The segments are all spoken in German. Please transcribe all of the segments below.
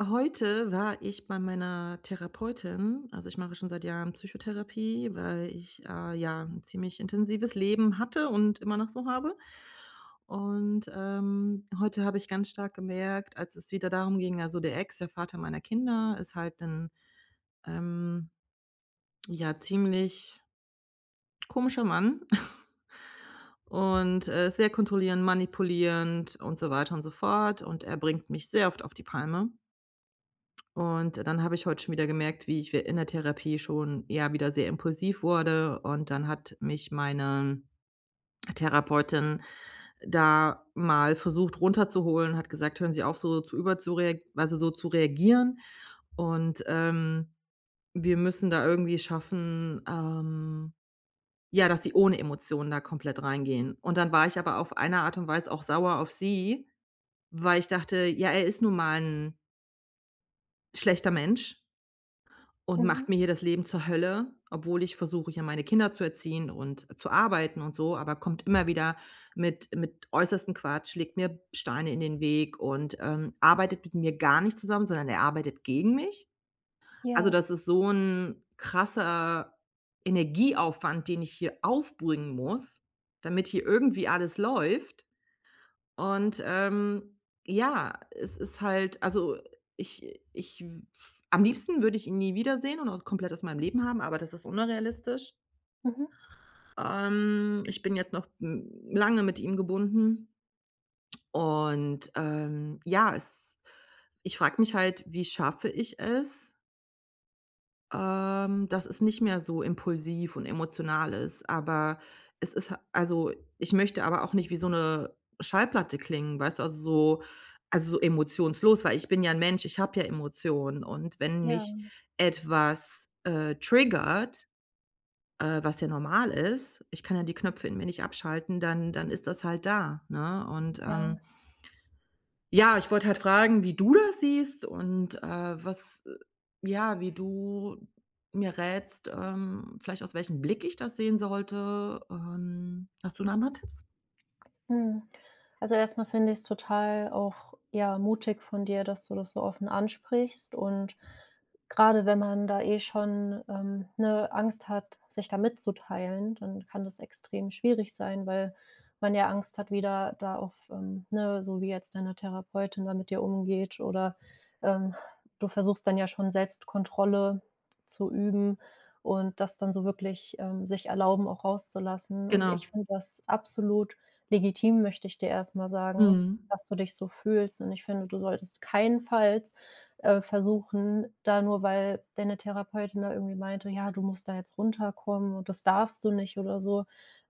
Heute war ich bei meiner Therapeutin. Also, ich mache schon seit Jahren Psychotherapie, weil ich ja, ein ziemlich intensives Leben hatte und immer noch so habe. Heute habe ich ganz stark gemerkt, als es wieder darum ging also, der Ex, der Vater meiner Kinder, ist halt ein ähm, ja, ziemlich komischer Mann und, sehr kontrollierend, manipulierend und so weiter und so fort. Und er bringt mich sehr oft auf die Palme. Und dann habe ich heute schon wieder gemerkt, wie ich in der Therapie schon ja wieder sehr impulsiv wurde. Und dann hat mich meine Therapeutin da mal versucht runterzuholen, hat gesagt: „Hören Sie auf, so zu so zu reagieren und, ähm, wir müssen da irgendwie schaffen, ja, dass Sie ohne Emotionen da komplett reingehen.“ Und dann war ich aber auf eine Art und Weise auch sauer auf sie, weil ich dachte: „Ja, er ist nun mal ein schlechter Mensch“ und macht Mhm. mir hier das Leben zur Hölle, obwohl ich versuche, ja meine Kinder zu erziehen und zu arbeiten und so, aber kommt immer wieder mit äußersten Quatsch, legt mir Steine in den Weg und, arbeitet mit mir gar nicht zusammen, sondern er arbeitet gegen mich. Also, Ja. das ist so ein krasser Energieaufwand, den ich hier aufbringen muss, damit hier irgendwie alles läuft. Und, ähm, ja, es ist halt also, ich ich am liebsten würde ich ihn nie wiedersehen und auch komplett aus meinem Leben haben, aber das ist unrealistisch. Mhm. Ich bin jetzt noch m lange mit ihm gebunden ja, es ich frage mich halt: Wie schaffe ich es, dass es nicht mehr so impulsiv und emotional ist? Aber es ist ha also, ich möchte aber auch nicht wie so eine Schallplatte klingen, weißt du? Also, so emotionslos, weil ich bin ja ein Mensch, ich habe ja Emotionen. Und wenn Ja, mich etwas, triggert, was ja normal ist, ich kann ja die Knöpfe in mir nicht abschalten, dann ist das halt da, ne? Ja. Ja, ich wollte halt fragen, wie du das siehst und, was ja, wie du mir rätst, vielleicht aus welchem Blick ich das sehen sollte. Hast du da mal Tipps? Mhm. Also, erstmal finde ich es total auch, ja, mutig von dir, dass du das so offen ansprichst und gerade wenn man da eh schon, ne, Angst hat, sich da mitzuteilen, dann kann das extrem schwierig sein, weil man ja Angst hat, wieder da auf, ne so wie jetzt deine Therapeutin da mit dir umgeht oder, ähm, du versuchst dann ja schon Selbstkontrolle zu üben und das dann so wirklich, sich erlauben, auch rauszulassen und Genau. ich finde das absolut legitim, möchte ich dir erstmal sagen, Mhm. dass du dich so fühlst. Und ich finde, du solltest keinenfalls, versuchen, da nur weil deine Therapeutin da irgendwie meinte: „Ja, du musst da jetzt runterkommen und das darfst du nicht“ oder so,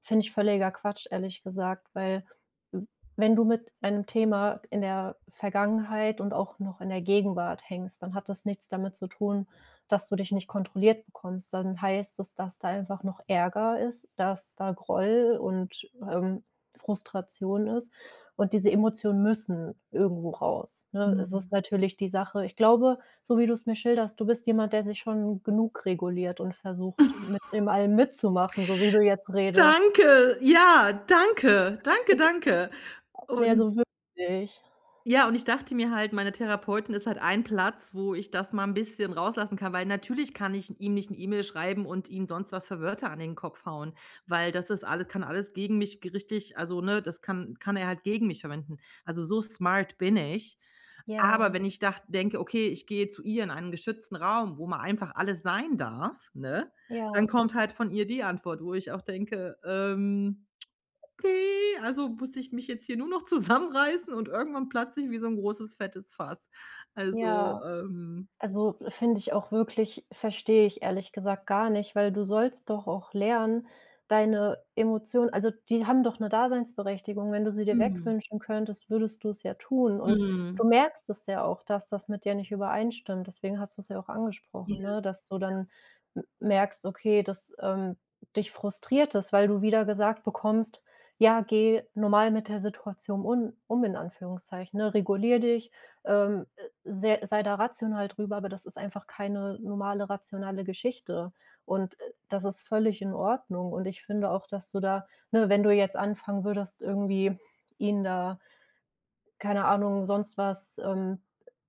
finde ich völliger Quatsch, ehrlich gesagt, weil w wenn du mit einem Thema in der Vergangenheit und auch noch in der Gegenwart hängst, dann hat das nichts damit zu tun, dass du dich nicht kontrolliert bekommst. Dann heißt es, dass da einfach noch Ärger ist, dass da Groll und, Frustration ist. Und diese Emotionen müssen irgendwo raus, ne? Es ist Mhm. natürlich die Sache, ich glaube, so wie du es mir schilderst, du bist jemand, der sich schon genug reguliert und versucht, mit dem allem mitzumachen, so wie du jetzt redest. Danke. Ja, danke. Danke, danke. Ne, Und so wirklich. ja, und ich dachte mir halt, meine Therapeutin ist halt ein Platz, wo ich das mal ein bisschen rauslassen kann, weil natürlich kann ich ihm nicht eine E-Mail schreiben und ihm sonst was für Wörter an den Kopf hauen, weil das ist alles kann alles gegen mich gerichtlich also, ne, das kann er halt gegen mich verwenden. Also, so smart bin ich. Aber Ja, wenn ich dach denke: „Okay, ich gehe zu ihr in einen geschützten Raum, wo mal einfach alles sein darf“, ne, dann ja, kommt halt von ihr die Antwort, wo ich auch denke, okay, also muss ich mich jetzt hier nur noch zusammenreißen und irgendwann platze ich wie so 'n großes fettes Fass. Also, ja. ähm, Also, finde ich auch wirklich, verstehe ich ehrlich gesagt gar nicht, weil du sollst doch auch lernen, deine Emotionen, also, die haben doch eine Daseinsberechtigung. Wenn du sie dir mhm, wegwünschen könntest, würdest du es ja tun und mhm, du merkst es ja auch, dass das mit dir nicht übereinstimmt. Deswegen hast du es ja auch angesprochen, ja. ne, dass du dann m merkst, okay, dass, dich frustriert es, weil du wieder gesagt bekommst: „Ja, geh normal mit der Situation un um“, in Anführungszeichen, ne? Regulier dich, ähm, sei da rational drüber, aber das ist einfach keine normale rationale Geschichte und, das ist völlig in Ordnung und ich finde auch, dass du da, ne, wenn du jetzt anfangen würdest, irgendwie ihn da, keine Ahnung, sonst was, ähm,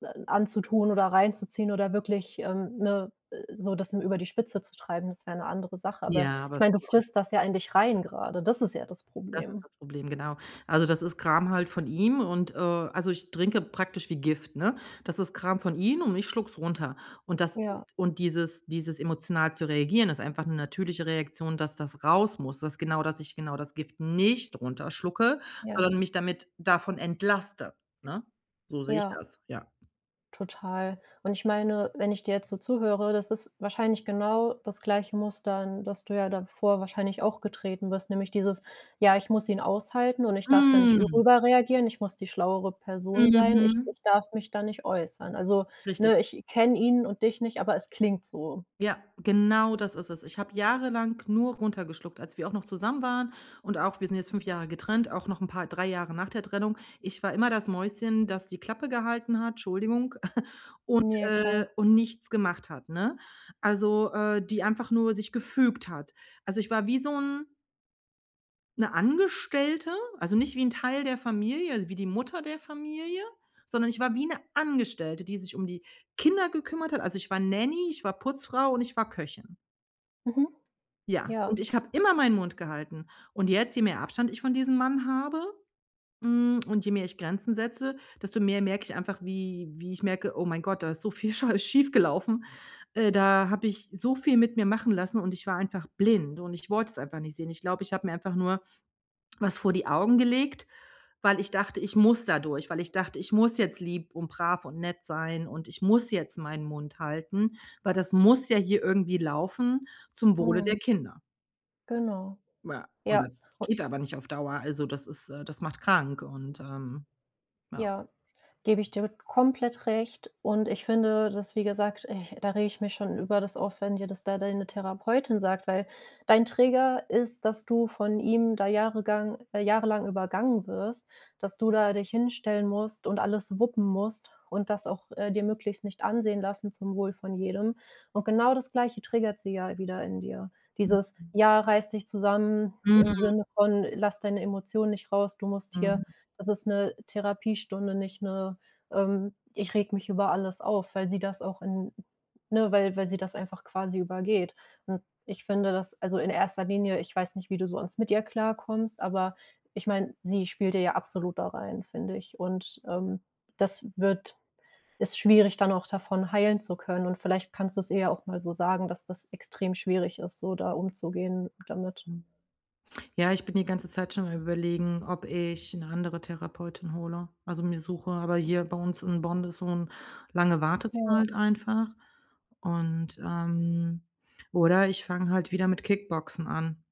äh, anzutun oder reinzuziehen oder wirklich, ne, so das über die Spitze zu treiben, das wäre eine andere Sache, aber Ja, ich aber es meine, du frisst das ja in dich rein gerade. Das ist ja das Das ist Problem. das Problem, genau. Also, das ist Kram halt von ihm und, also, ich trinke praktisch wie Gift, ne? Das ist Kram von ihm und ich schluck's runter. Und das Ja, und dieses emotional zu reagieren, ist einfach 'ne natürliche Reaktion, dass das raus muss, dass ich genau das Gift nicht runterschlucke, ja, sondern mich damit davon entlaste, ne? So sehe ich ja. das, ja. Total. Und ich meine, wenn ich dir jetzt so zuhöre, das ist wahrscheinlich genau das gleiche Muster, in das du ja davor wahrscheinlich auch getreten bist, nämlich dieses: „Ja, ich muss ihn aushalten und ich darf da nicht Mhm. überreagieren, ich muss die schlauere Person sein, ich Mhm. ich darf mich da nicht äußern.“ Also, Richtig. ne, ich kenne ihn und dich nicht, aber es klingt so. Ja, genau das ist es. Ich habe jahrelang nur runtergeschluckt, als wir auch noch zusammen waren und auch wir sind jetzt 5 Jahre getrennt, auch noch ein paar 3 Jahre nach der Trennung. Ich war immer das Mäuschen, das die Klappe gehalten hat, Entschuldigung, Ja, klar. und nichts gemacht hat, ne? Also, die einfach nur sich gefügt hat. Also, ich war wie so 'n 'ne Angestellte, also nicht wie ein Teil der Familie, also wie die Mutter der Familie, sondern ich war wie eine Angestellte, die sich um die Kinder gekümmert hat. Also, ich war Nanny, ich war Putzfrau und ich war Köchin. Mhm. Ja, Ja. und ich habe immer meinen Mund gehalten. Und jetzt, je mehr Abstand ich von diesem Mann habe, hm, und je mehr ich Grenzen setze, desto mehr merke ich einfach, wie wie ich merke: „Oh mein Gott, da ist so viel schief gelaufen. Da habe ich so viel mit mir machen lassen und ich war einfach blind und ich wollte es einfach nicht sehen.“ Ich glaube, ich habe mir einfach nur was vor die Augen gelegt, weil ich dachte, ich muss da durch, weil ich dachte, ich muss jetzt lieb und brav und nett sein und ich muss jetzt meinen Mund halten, weil das muss ja hier irgendwie laufen zum Wohle der Mhm. Kinder. Genau. Ja, und Ja. das U geht aber nicht auf Dauer. Also, das ist das macht krank ja. ja. Gebe ich dir komplett recht und ich finde, dass wie gesagt, ich da, rege ich mich schon über das auf, wenn dir das da deine Therapeutin sagt, weil dein Träger ist, dass du von ihm da jahregang jahrelang übergangen wirst, dass du da dich hinstellen musst und alles wuppen musst und das auch, dir möglichst nicht ansehen lassen zum Wohl von jedem. Und genau das Gleiche triggert sie ja wieder in dir. Mhm, Dieses: „Ja, reiß dich zusammen“, im Sinne von: „Lass deine Emotionen nicht raus, du musst hier mhm, das ist eine Therapiestunde, nicht eine. Ähm: „Ich reg mich über alles auf“, weil sie das auch in ne, weil sie das einfach quasi übergeht. Und ich finde das, also, in erster Linie, ich weiß nicht, wie du sonst mit ihr klarkommst, aber ich meine, sie spielt dir ja absolut da rein, finde ich. Und, das wird ist schwierig, dann auch davon heilen zu können. Und vielleicht kannst du's ihr ja auch mal so sagen, dass das extrem schwierig ist, so da umzugehen damit. mhm. Ja, ich bin die ganze Zeit schon am Überlegen, ob ich eine andere Therapeutin hole, also, mir suche. Aber hier bei uns in Bonn ist so 'n lange Ja, Wartezeit einfach und, ähm oder ich fange halt wieder mit Kickboxen an.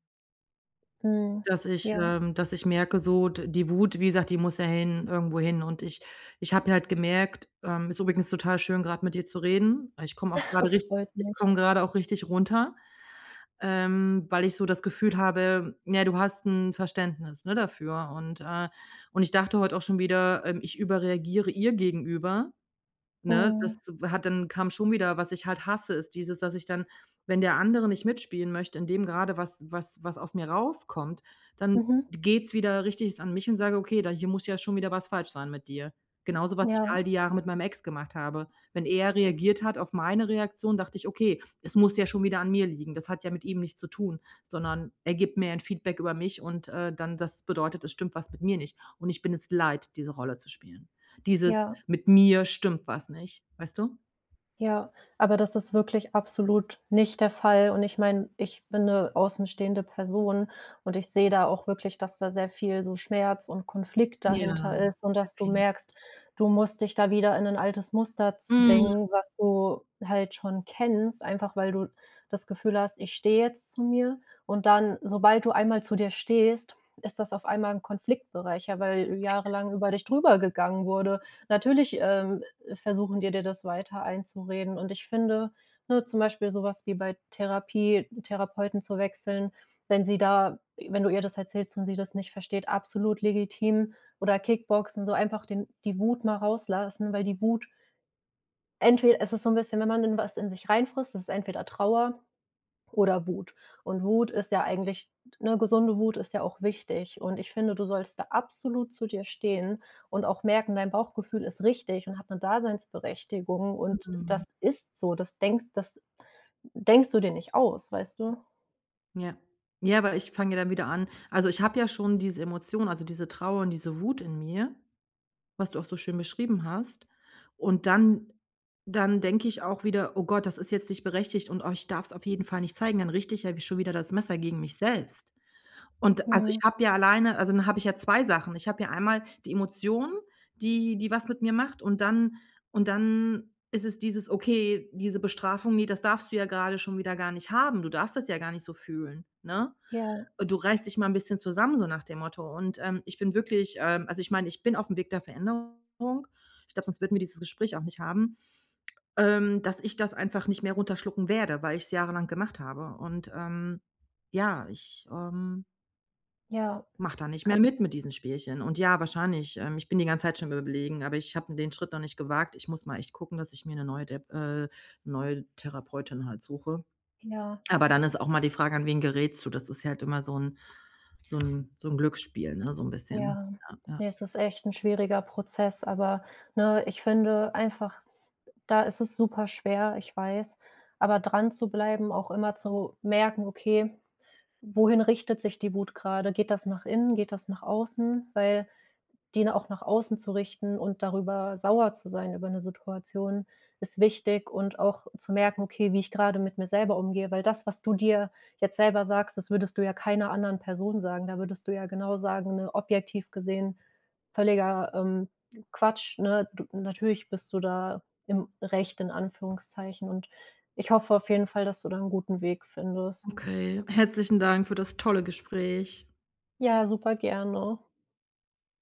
mhm. Ja, Dass ich merke so, d die Wut, wie gesagt, die muss ja hin irgendwo hin. Und ich habe halt gemerkt ist übrigens total schön, gerade mit dir zu reden. Ich komme auch gerade das freut ich mich. komme gerade auch richtig runter, weil ich so das Gefühl habe, ja, du hast ein Verständnis, ne, dafür und ich dachte heute auch schon wieder, ich überreagiere ihr gegenüber. Ne, Mhm. das hat dann kam schon wieder was ich halt hasse, ist dieses, dass ich dann, wenn der andere nicht mitspielen möchte in dem gerade was aus mir rauskommt, dann Mhm. geht's wieder richtig an mich und sage: „Okay, da hier muss ja schon wieder was falsch sein mit dir.“ Genauso, was ich Ja, all die Jahre mit meinem Ex gemacht habe. Wenn er reagiert hat auf meine Reaktion, dachte ich: „Okay, es muss ja schon wieder an mir liegen. Das hat ja mit ihm nichts zu tun, sondern er gibt mir ein Feedback über mich und, dann das bedeutet, es stimmt was mit mir nicht.“ Und ich bin es leid, diese Rolle zu spielen. Dieses ja, mit mir stimmt was nicht, weißt du? ja. Aber das ist wirklich absolut nicht der Fall. Und ich meine, ich bin eine außenstehende Person und ich sehe da auch wirklich, dass da sehr viel so Schmerz und Konflikt Ja, dahinter ist und dass du okay. merkst, du musst dich da wieder in ein altes Muster Mhm. zwingen, was du halt schon kennst, einfach weil du das Gefühl hast: „Ich stehe jetzt zu mir“, und dann, sobald du einmal zu dir stehst, ist das auf einmal ein Konfliktbereich, ja, weil jahrelang über dich drüber gegangen wurde. Natürlich, versuchen dir das weiter einzureden. Und ich finde, ne, zum Beispiel sowas wie bei Therapie Therapeuten zu wechseln, wenn sie da wenn du ihr das erzählst und sie das nicht versteht, absolut legitim. Oder Kickboxen, so einfach den die Wut mal rauslassen, weil die Wut entweder es ist so ein bisschen, wenn man in was in sich reinfrisst, es ist entweder Trauer oder Wut. Und Wut ist ja eigentlich ne, gesunde Wut ist ja auch wichtig. Und ich finde, du sollst da absolut zu dir stehen und auch merken, dein Bauchgefühl ist richtig und hat eine Daseinsberechtigung und das ist so. Das denkst du dir nicht aus, weißt du? Ja. Ja, aber ich fange ja dann wieder an also, ich habe ja schon diese Emotion, also, diese Trauer und diese Wut in mir, was du auch so schön beschrieben hast. Und dann denke ich auch wieder: „Oh Gott, das ist jetzt nicht berechtigt und, oh, ich darf's auf jeden Fall nicht zeigen.“ Dann richte ich ja wie schon wieder das Messer gegen mich selbst. Also, ich Mhm. habe ja alleine also, dann habe ich ja 2 Sachen. Ich habe ja einmal die Emotion, die was mit mir macht. Und dann ist es dieses: „Okay, diese Bestrafung, ne, das darfst du ja gerade schon wieder gar nicht haben. Du darfst das ja gar nicht so fühlen, ne? Ja, Du reißt dich mal ein bisschen zusammen“, so nach dem Motto. Ich bin wirklich, ich meine, ich bin auf dem Weg der Veränderung. Ich glaube, sonst würden wir dieses Gespräch auch nicht haben, dass ich das einfach nicht mehr runterschlucken werde, weil ich es jahrelang gemacht habe. Ja, ja, mache da nicht mehr kann mit diesen Spielchen. Und ja, wahrscheinlich, ich bin die ganze Zeit schon am Überlegen, aber ich habe den Schritt noch nicht gewagt. Ich muss mal echt gucken, dass ich mir 'ne neue Dep neue Therapeutin halt suche. ja, Aber dann ist auch mal die Frage: An wen gerätst du? Das ist ja halt immer so 'n so 'n so 'n Glücksspiel, ne, so 'n bisschen. ja. Ja, ja. Ne, es ist echt ein schwieriger Prozess, aber, ne, ich finde einfach, da ist es super schwer, ich weiß, aber dran zu bleiben, auch immer zu merken: „Okay“. Wohin richtet sich die Wut gerade? Geht das nach innen? Geht das nach außen? Weil die auch nach außen zu richten und darüber sauer zu sein über eine Situation ist wichtig und auch zu merken: „Okay, wie ich gerade mit mir selber umgehe“, weil das, was du dir jetzt selber sagst, das würdest du ja keiner anderen Person sagen. Da würdest du ja genau sagen, ne, objektiv gesehen völliger, Quatsch, ne? Du, natürlich bist du da im Recht in Anführungszeichen und ich hoffe auf jeden Fall, dass du da einen guten Weg findest. Okay. Herzlichen Dank für das tolle Gespräch. Ja, super gerne.